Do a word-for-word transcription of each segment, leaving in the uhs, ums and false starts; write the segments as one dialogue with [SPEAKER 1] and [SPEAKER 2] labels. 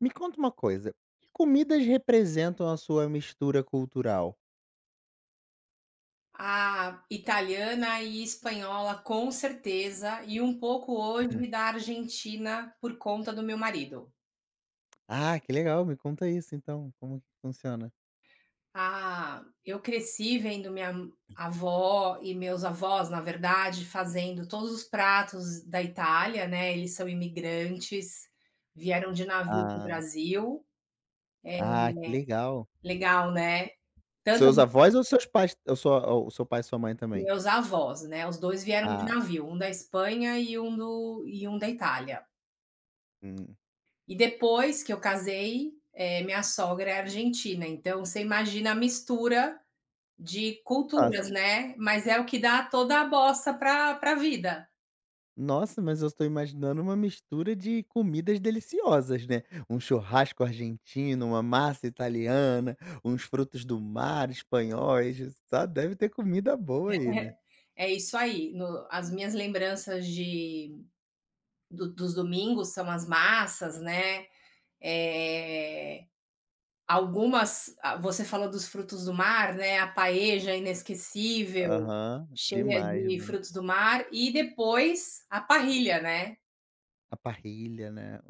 [SPEAKER 1] Me conta uma coisa, que comidas representam a sua mistura cultural?
[SPEAKER 2] A italiana e espanhola, com certeza, e um pouco hoje da Argentina por conta do meu marido.
[SPEAKER 1] Ah, que legal, me conta isso então, como que funciona?
[SPEAKER 2] Ah, eu cresci vendo minha avó e meus avós, na verdade, fazendo todos os pratos da Itália, né? Eles são imigrantes, vieram de navio para o
[SPEAKER 1] Ah,
[SPEAKER 2] Brasil.
[SPEAKER 1] ah, que legal.
[SPEAKER 2] Legal, né? Tanto
[SPEAKER 1] Seus avós ou seus pais ou sua ou seu pai e sua mãe também?
[SPEAKER 2] meus avós, né? Os dois vieram de
[SPEAKER 1] Ah,
[SPEAKER 2] navio, um da Espanha e um do, e um da Itália.
[SPEAKER 1] hum.
[SPEAKER 2] E depois que eu casei, eh, minha sogra é argentina, então você imagina a mistura de
[SPEAKER 1] Nossa,
[SPEAKER 2] culturas, né, mas é o que dá toda a bossa para para a vida.
[SPEAKER 1] nossa, mas eu estou imaginando uma mistura de comidas deliciosas, né, um churrasco argentino, uma massa italiana, uns frutos do mar espanhóis, só deve ter comida boa aí, né?
[SPEAKER 2] É isso aí, no as minhas lembranças de do dos domingos são as massas, né, eh, algumas ah, você falou dos frutos do mar, né, a paella inesquecível,
[SPEAKER 1] Aham,
[SPEAKER 2] cheia
[SPEAKER 1] demais,
[SPEAKER 2] de
[SPEAKER 1] né?
[SPEAKER 2] frutos do mar e depois a parrilha, né.
[SPEAKER 1] A parrilha, né.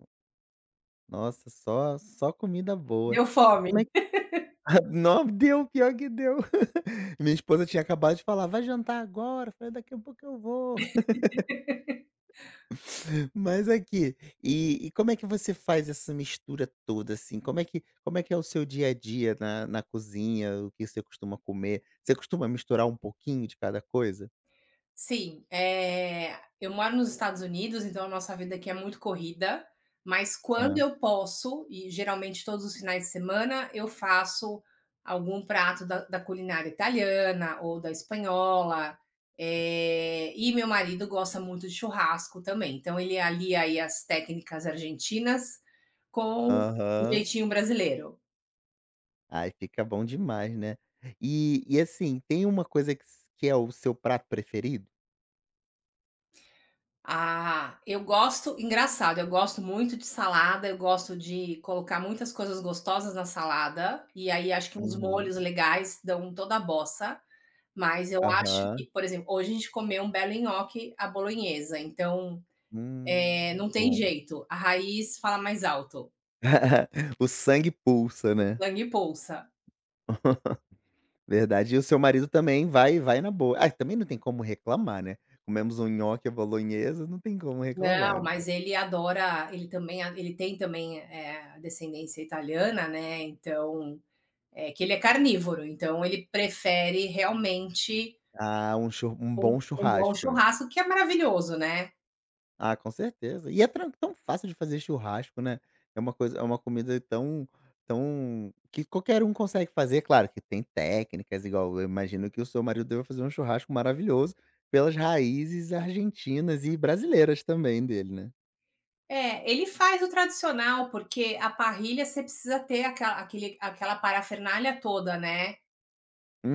[SPEAKER 1] Nossa, só só comida boa.
[SPEAKER 2] Deu
[SPEAKER 1] E
[SPEAKER 2] fome.
[SPEAKER 1] como é que não deu, pior que deu. Minha esposa tinha acabado de falar: "Vai jantar agora?" Eu falei: "Daqui a pouco eu vou". Mas aqui, e e como é que você faz essa mistura toda, assim? Como é que como é que é o seu dia a dia na na cozinha? O que você costuma comer? Você costuma misturar um pouquinho de cada coisa?
[SPEAKER 2] Sim, eh, eu moro nos Estados Unidos, então a nossa vida aqui é muito corrida, mas quando
[SPEAKER 1] Ah.
[SPEAKER 2] eu posso, e geralmente todos os finais de semana, eu faço algum prato da da culinária italiana ou da espanhola, eh, e meu marido gosta muito de churrasco também, então ele alia aí as técnicas argentinas com o
[SPEAKER 1] Aham.
[SPEAKER 2] jeitinho brasileiro.
[SPEAKER 1] Ai, fica bom demais, né. E e assim, tem uma coisa que s que é o seu prato preferido?
[SPEAKER 2] Ah, eu gosto engraçado, eu gosto muito de salada, eu gosto de colocar muitas coisas gostosas na salada, e aí acho que uns
[SPEAKER 1] Uhum.
[SPEAKER 2] molhos legais dão toda a bossa, mas eu acho
[SPEAKER 1] Aham.
[SPEAKER 2] que, por exemplo, hoje a gente comeu um belo nhoque à bolonhesa, então, é
[SPEAKER 1] Hum,
[SPEAKER 2] não tem
[SPEAKER 1] bom.
[SPEAKER 2] jeito, a raiz fala mais alto,
[SPEAKER 1] O sangue pulsa, né.
[SPEAKER 2] sangue pulsa.
[SPEAKER 1] Verdade. E o seu marido também vai vai na boa. Ah, também não tem como reclamar, né. Comemos um nhoque à bolonhesa, não tem como reclamar,
[SPEAKER 2] Não,
[SPEAKER 1] né.
[SPEAKER 2] mas ele adora ele também a ele tem também, eh, descendência italiana, né, então, é que ele é carnívoro, então ele prefere realmente,
[SPEAKER 1] Ah, um chur um
[SPEAKER 2] Um
[SPEAKER 1] bom
[SPEAKER 2] um bom
[SPEAKER 1] churrasco, né.
[SPEAKER 2] churrasco que é maravilhoso, né.
[SPEAKER 1] Ah, com certeza. E é tran tão fácil de fazer churrasco, né. É uma coisa é uma comida tão tão que qualquer um consegue fazer. Claro que tem técnicas, igual eu imagino que o seu marido deve fazer um churrasco maravilhoso pelas raízes argentinas e brasileiras também dele, né.
[SPEAKER 2] É, ele faz o tradicional, porque a parrilha você precisa ter aquela aquele aquela parafernália toda, né,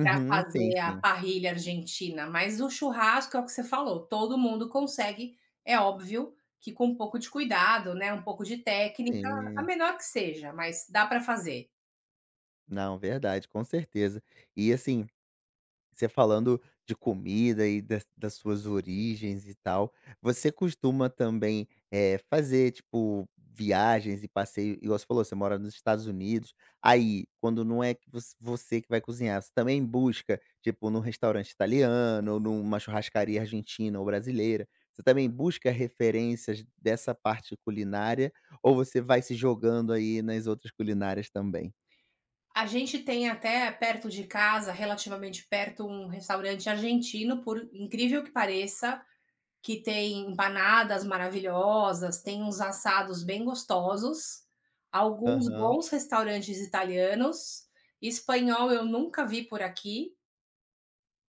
[SPEAKER 2] pra
[SPEAKER 1] sim,
[SPEAKER 2] fazer a
[SPEAKER 1] sim.
[SPEAKER 2] parrilha argentina, mas o churrasco é o que você falou, todo mundo consegue, é óbvio que com um pouco de cuidado, né, um pouco de técnica, a
[SPEAKER 1] Sim.
[SPEAKER 2] menor que seja, mas dá pra fazer.
[SPEAKER 1] Não, verdade, com certeza. E assim você falando de comida e das das suas origens e tal, você costuma também, eh, fazer, tipo, viagens e passeio igual você falou, você mora nos Estados Unidos, aí, quando não é que voc você que vai cozinhar, você também busca, tipo, num restaurante italiano ou numa churrascaria argentina ou brasileira, você também busca referências dessa parte culinária ou você vai se jogando aí nas outras culinárias também?
[SPEAKER 2] A gente tem até perto de casa, relativamente perto, um restaurante argentino, por incrível que pareça, que tem empanadas maravilhosas, tem uns assados bem gostosos, alguns
[SPEAKER 1] Aham.
[SPEAKER 2] bons restaurantes italianos. Espanhol eu nunca vi por aqui,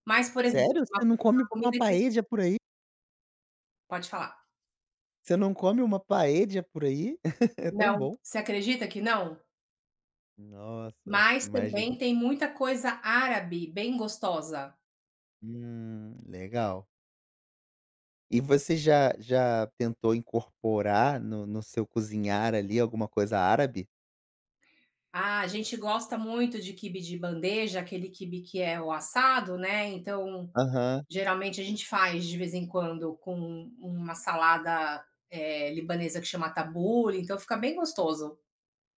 [SPEAKER 2] mas, por exemplo,
[SPEAKER 1] Sério?
[SPEAKER 2] uma
[SPEAKER 1] Você não
[SPEAKER 2] uma
[SPEAKER 1] come uma
[SPEAKER 2] comida que
[SPEAKER 1] paella por aí?
[SPEAKER 2] pode falar.
[SPEAKER 1] Você não come uma paella por aí? É tão
[SPEAKER 2] Não,
[SPEAKER 1] bom.
[SPEAKER 2] você acredita que não?
[SPEAKER 1] Nossa,
[SPEAKER 2] Mas também
[SPEAKER 1] imagino.
[SPEAKER 2] tem muita coisa árabe bem gostosa.
[SPEAKER 1] Hum, legal. E você já já tentou incorporar no no seu cozinhar, ali, alguma coisa árabe?
[SPEAKER 2] Ah, a gente gosta muito de quibe de bandeja, aquele quibe que é o assado, né, então
[SPEAKER 1] Aham,
[SPEAKER 2] geralmente a gente faz de vez em quando com uma salada, eh, libanesa que chama tabule, então fica bem gostoso.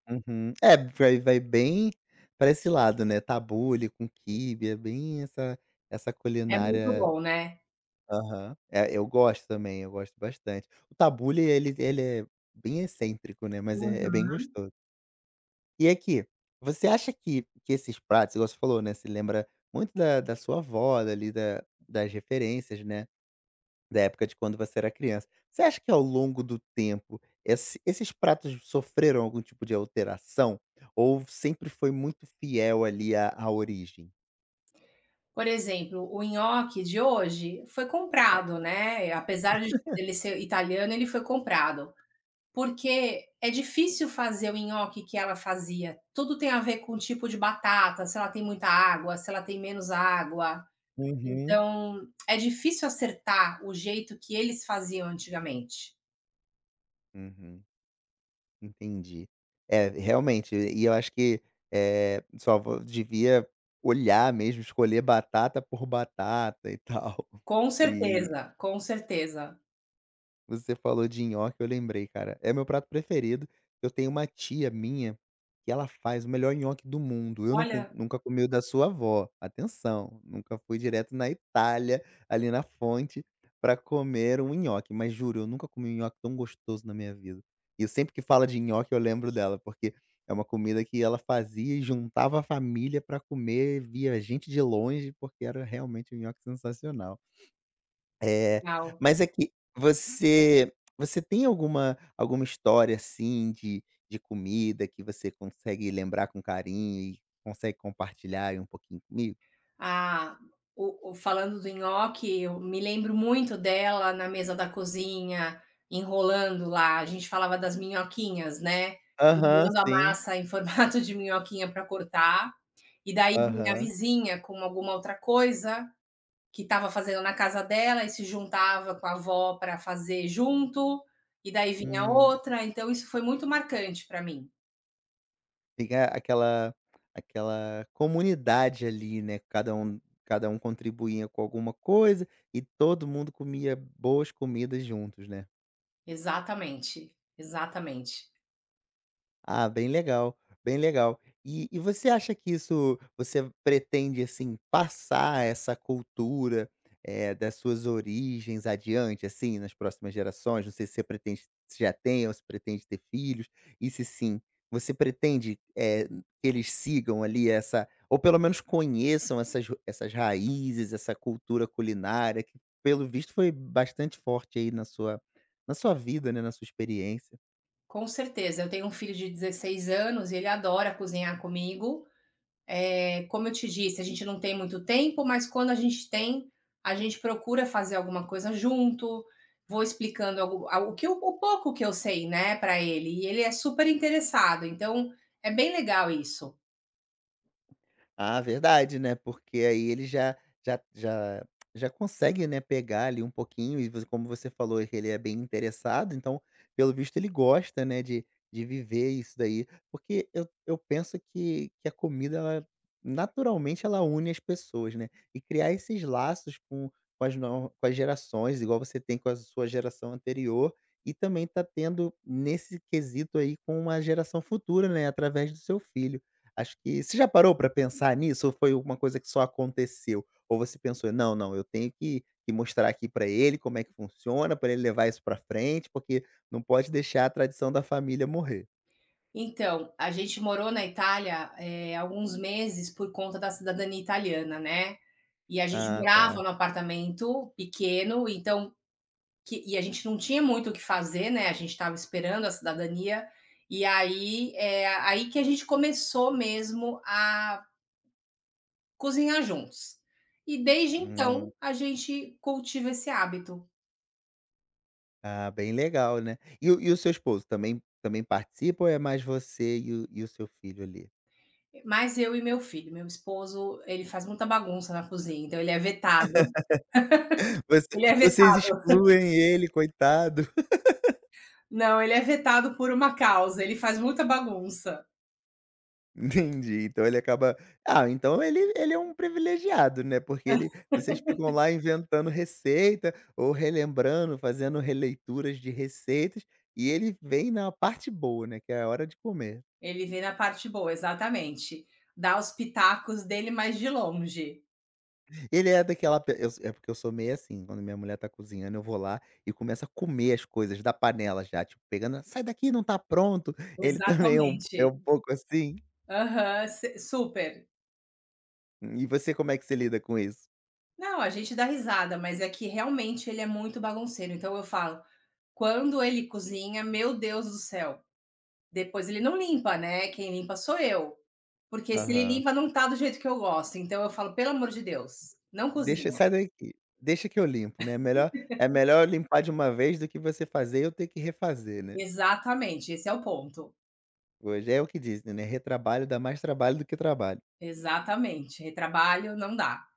[SPEAKER 1] uhum. É, vai vai bem para esse lado, né, tabule com quibe, é bem essa essa
[SPEAKER 2] É muito
[SPEAKER 1] culinária.
[SPEAKER 2] bom, né.
[SPEAKER 1] Aham. É, eu gosto também, eu gosto bastante. O tabule ele ele é bem excêntrico, né, mas é é bem
[SPEAKER 2] Uhum.
[SPEAKER 1] gostoso. E aqui, você acha que que esses pratos, igual você falou, né, se lembra muito da da sua avó, ali da das referências, né, da época de quando você era criança. Você acha que ao longo do tempo esse esses pratos sofreram algum tipo de alteração ou sempre foi muito fiel ali à à origem?
[SPEAKER 2] Por exemplo, o nhoque de hoje foi comprado, né, apesar de ele ser italiano, ele foi comprado, porque é difícil fazer o nhoque que ela fazia. Tudo tem a ver com o tipo de batata, se ela tem muita água, se ela tem menos água.
[SPEAKER 1] Uhum.
[SPEAKER 2] Então, é difícil acertar o jeito que eles faziam antigamente.
[SPEAKER 1] Uhum, entendi. É, realmente, e eu acho que, é sua avó devia olhar mesmo, escolher batata por batata e tal.
[SPEAKER 2] Com
[SPEAKER 1] E
[SPEAKER 2] certeza, com certeza.
[SPEAKER 1] você falou de nhoque, eu lembrei, cara. É meu prato preferido. Eu tenho uma tia minha que ela faz o melhor nhoque do mundo. Eu não com
[SPEAKER 2] Olha,
[SPEAKER 1] nunca comi o da sua avó, atenção, nunca fui direto na Itália, ali na fonte, pra comer um nhoque, mas juro, eu nunca comi um nhoque tão gostoso na minha vida. E eu sempre que fala de nhoque eu lembro dela, porque é uma comida que ela fazia e juntava a família pra comer, via gente de longe, porque era realmente um nhoque sensacional. É,
[SPEAKER 2] legal.
[SPEAKER 1] mas é que você você tem alguma alguma história, assim, de de comida que você consegue lembrar com carinho e consegue compartilhar aí um pouquinho comigo?
[SPEAKER 2] Ah, o o falando do nhoque, eu me lembro muito dela na mesa da cozinha, enrolando lá, a gente falava das minhoquinhas, né,
[SPEAKER 1] Aham,
[SPEAKER 2] enrolando a
[SPEAKER 1] sim.
[SPEAKER 2] massa em formato de minhoquinha para cortar, e daí vinha a
[SPEAKER 1] Aham.
[SPEAKER 2] vizinha com alguma outra coisa que estava fazendo na casa dela e se juntava com a avó para fazer junto, e daí vinha
[SPEAKER 1] Hum,
[SPEAKER 2] outra, então isso foi muito marcante para mim.
[SPEAKER 1] fica aquela aquela comunidade ali, né, cada um cada um contribuía com alguma coisa e todo mundo comia boas comidas juntos, né?
[SPEAKER 2] Exatamente, exatamente.
[SPEAKER 1] Ah, bem legal, bem legal. E e você acha que isso você pretende, assim, passar essa cultura, eh, das suas origens adiante, assim, nas próximas gerações? Não sei se você pretende se já tem ou se pretende ter filhos, e se sim, você pretende, eh, que eles sigam ali essa ou pelo menos conheçam essas ru- essas raízes, essa cultura culinária que, pelo visto, foi bastante forte aí na sua na sua vida, né, na sua experiência?
[SPEAKER 2] Com certeza, eu tenho um filho de dezesseis anos e ele adora cozinhar comigo. Eh, como eu te disse, a gente não tem muito tempo, mas quando a gente tem, a gente procura fazer alguma coisa junto. Vou explicando algo a o que eu o pouco que eu sei, né, para ele, e ele é super interessado, então é bem legal isso.
[SPEAKER 1] Ah, verdade, né, porque aí ele já já já já consegue, né, pegar ali um pouquinho e vo como você falou é que ele é bem interessado, então, pelo visto ele gosta, né, de de viver isso daí. Porque eu eu penso que que a comida ela, naturalmente, ela une as pessoas, né, e criar esses laços com com as no com as gerações, igual você tem com a sua geração anterior, e também tá tendo nesse quesito aí com uma geração futura, né, através do seu filho. Acho que você já parou pra pensar nisso ou foi uma coisa que só aconteceu? Ou você pensou: "Não, não, eu tenho que que mostrar aqui pra ele como é que funciona, pra ele levar isso pra frente, porque não pode deixar a tradição da família morrer"?
[SPEAKER 2] Então, a gente morou na Itália, eh, alguns meses por conta da cidadania italiana, né. E a gente
[SPEAKER 1] Ah,
[SPEAKER 2] morava
[SPEAKER 1] tá.
[SPEAKER 2] num apartamento pequeno, então que e a gente não tinha muito o que fazer, né, a gente estava esperando a cidadania, e aí, eh, aí que a gente começou mesmo a cozinhar juntos. E desde
[SPEAKER 1] Hum.
[SPEAKER 2] então a gente cultiva esse hábito,
[SPEAKER 1] Ah, bem legal, né. E o e o seu esposo também também participa ou é mais você e o e o seu filho ali?
[SPEAKER 2] mas eu e meu filho. Meu esposo, ele faz muita bagunça na cozinha, então ele é vetado.
[SPEAKER 1] Você
[SPEAKER 2] Ele é
[SPEAKER 1] vocês
[SPEAKER 2] vetado.
[SPEAKER 1] excluem ele, coitado.
[SPEAKER 2] Não, ele é vetado por uma causa, ele faz muita bagunça.
[SPEAKER 1] Entendi, então ele acaba ah, então ele ele é um privilegiado, né, porque ele vocês ficam lá inventando receita ou relembrando, fazendo releituras de receitas, e ele vem na parte boa, né, que é a hora de comer.
[SPEAKER 2] Ele vê na parte boa, exatamente. Dá os pitacos dele, mas de longe.
[SPEAKER 1] Ele é daquela pe eu é porque eu sou meio assim, quando minha mulher tá cozinhando eu vou lá e começo a comer as coisas da panela já, tipo, pegando: "Sai daqui, não tá pronto". Ele também é um é
[SPEAKER 2] Exatamente.
[SPEAKER 1] um pouco assim?
[SPEAKER 2] Aham, se super.
[SPEAKER 1] E você como é que você lida com isso?
[SPEAKER 2] Não, a gente dá risada, mas é que realmente ele é muito bagunceiro, então eu falo: "Quando ele cozinha, meu Deus do céu". Depois ele não limpa, né, quem limpa sou eu, porque se ele
[SPEAKER 1] Aham.
[SPEAKER 2] limpa não tá do jeito que eu gosto, então eu falo: "Pelo amor de Deus, não
[SPEAKER 1] Deixa
[SPEAKER 2] cozinha".
[SPEAKER 1] sai daqui, deixa que eu limpo, né. É melhor é melhor limpar de uma vez do que você fazer e eu ter que refazer, né.
[SPEAKER 2] Exatamente, esse é o ponto.
[SPEAKER 1] Hoje é o que dizem, né, retrabalho dá mais trabalho do que trabalho.
[SPEAKER 2] Exatamente, retrabalho não dá.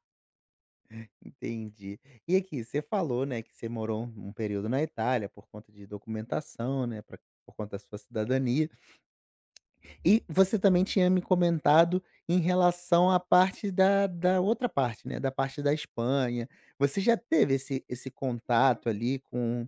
[SPEAKER 1] Entendi. E aqui, você falou, né, que você morou um um período na Itália por conta de documentação, né, pra por conta da sua cidadania. E você também tinha me comentado em relação à parte da da outra parte, né, da parte da Espanha. Você já teve esse esse contato ali com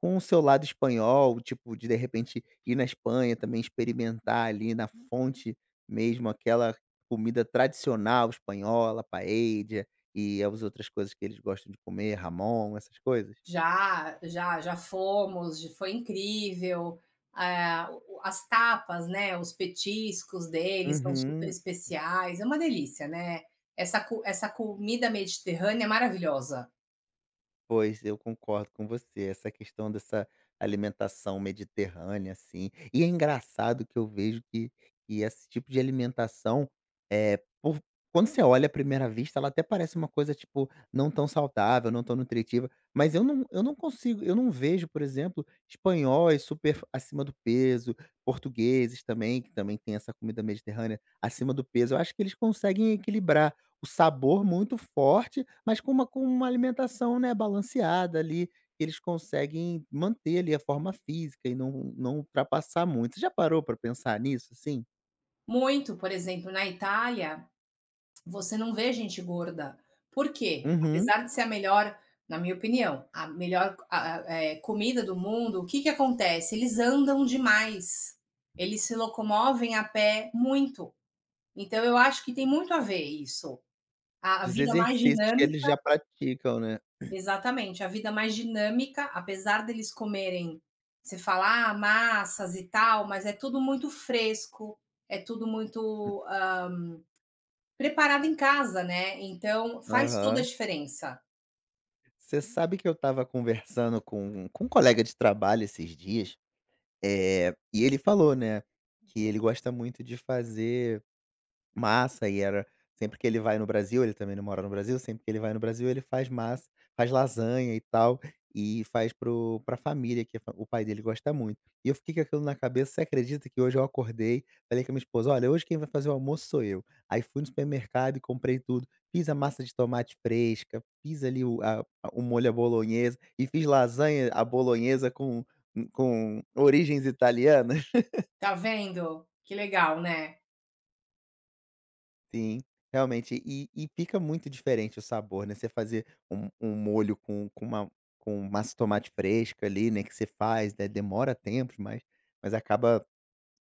[SPEAKER 1] com o seu lado espanhol, tipo, de de repente ir na Espanha também experimentar ali na fonte mesmo aquela comida tradicional espanhola, paella e as outras coisas que eles gostam de comer, ramon, essas coisas?
[SPEAKER 2] Já, já, já fomos, j foi incrível. Eh, o as tapas, né, os petiscos deles são super
[SPEAKER 1] Uhum.
[SPEAKER 2] especiais, é uma delícia, né. Essa co essa comida mediterrânea é maravilhosa.
[SPEAKER 1] Pois, eu concordo com você. Essa questão dessa alimentação mediterrânea, assim. E é engraçado que eu vejo que, que esse tipo de alimentação, é, por- quando você olha à primeira vista, ela até parece uma coisa, tipo, não tão saudável, não tão nutritiva. Mas eu não, eu não consigo, eu não vejo, por exemplo, espanhóis super acima do peso, portugueses também, que também tem essa comida mediterrânea acima do peso. Eu acho que eles conseguem equilibrar o sabor muito forte, mas com uma com uma alimentação, né, balanceada ali, eles conseguem manter ali a forma física e não não ultrapassar muito. Você já parou para pensar nisso, assim?
[SPEAKER 2] Muito, por exemplo, na Itália você não vê gente gorda. Por quê?
[SPEAKER 1] Uhum.
[SPEAKER 2] Apesar de ser a melhor, na minha opinião, a melhor a a eh, comida do mundo, o que que acontece? Eles andam demais. Eles se locomovem a pé muito. Então eu acho que tem muito a ver isso. A a
[SPEAKER 1] Dos
[SPEAKER 2] vida mais
[SPEAKER 1] exercícios que eles
[SPEAKER 2] dinâmica
[SPEAKER 1] já praticam, né.
[SPEAKER 2] exatamente, a vida mais dinâmica, apesar deles comerem, você fala: "Ah, massas e tal", mas é tudo muito fresco, é tudo muito, hã preparado em casa, né, então faz toda a
[SPEAKER 1] Aham.
[SPEAKER 2] diferença.
[SPEAKER 1] Você sabe que eu estava conversando com com um colega de trabalho esses dias, é e ele falou, né, que ele gosta muito de fazer massa e era sempre que ele vai no Brasil, ele também não mora no Brasil, sempre que ele vai no Brasil ele faz massa, faz lasanha e tal, e faz para o para família que a fa- o pai dele gosta muito. E eu fiquei com aquilo na cabeça, você acredita que hoje eu acordei, falei com a minha esposa: "Olha, hoje quem vai fazer o almoço sou eu". Aí fui no supermercado e comprei tudo, fiz a massa de tomate fresca, fiz ali o a a- o molho à bolonhesa e fiz lasanha à bolonhesa com com origens italianas.
[SPEAKER 2] Tá vendo? Que legal, né.
[SPEAKER 1] Sim, realmente. E e fica muito diferente o sabor, né, você fazer um um molho com com uma com massa de tomate fresca ali, né, que você faz, né, demora tempos, mas mas acaba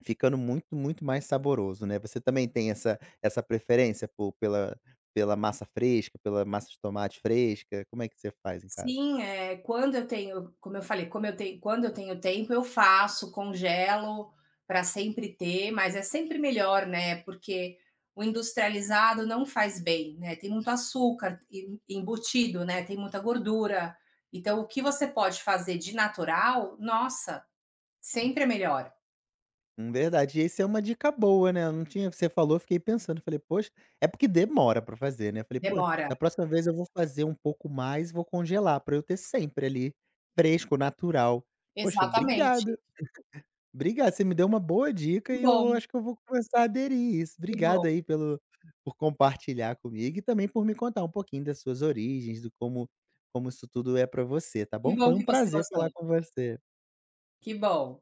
[SPEAKER 1] ficando muito, muito mais saboroso, né. Você também tem essa essa preferência por pela pela massa fresca, pela massa de tomate fresca? Como é que você faz em casa?
[SPEAKER 2] Sim, eh, quando eu tenho como eu falei, como eu tenho quando eu tenho tempo eu faço, congelo para sempre ter, mas é sempre melhor, né, porque o industrializado não faz bem, né, tem muito açúcar em embutido, né, tem muita gordura. Então o que você pode fazer de natural, nossa, sempre é melhor.
[SPEAKER 1] Hum, verdade. E esse é uma dica boa, né, eu não tinha você falou, eu fiquei pensando, falei: "Poxa" é porque demora pra fazer, né, eu falei: "Pô,
[SPEAKER 2] Demora.
[SPEAKER 1] da próxima vez eu vou fazer um pouco mais, vou congelar pra eu ter sempre ali, fresco, natural". Poxa,
[SPEAKER 2] Exatamente.
[SPEAKER 1] obrigado, obrigado, você me deu uma boa dica
[SPEAKER 2] Que
[SPEAKER 1] e eu
[SPEAKER 2] bom,
[SPEAKER 1] acho que eu vou começar a aderir isso.
[SPEAKER 2] que bom.
[SPEAKER 1] Obrigado aí pelo por compartilhar comigo e também por me contar um pouquinho das suas origens, do como como isso tudo é pra você, tá
[SPEAKER 2] Que
[SPEAKER 1] bom?
[SPEAKER 2] bom
[SPEAKER 1] Foi um
[SPEAKER 2] que você
[SPEAKER 1] prazer falar
[SPEAKER 2] gostou.
[SPEAKER 1] com você.
[SPEAKER 2] Que bom.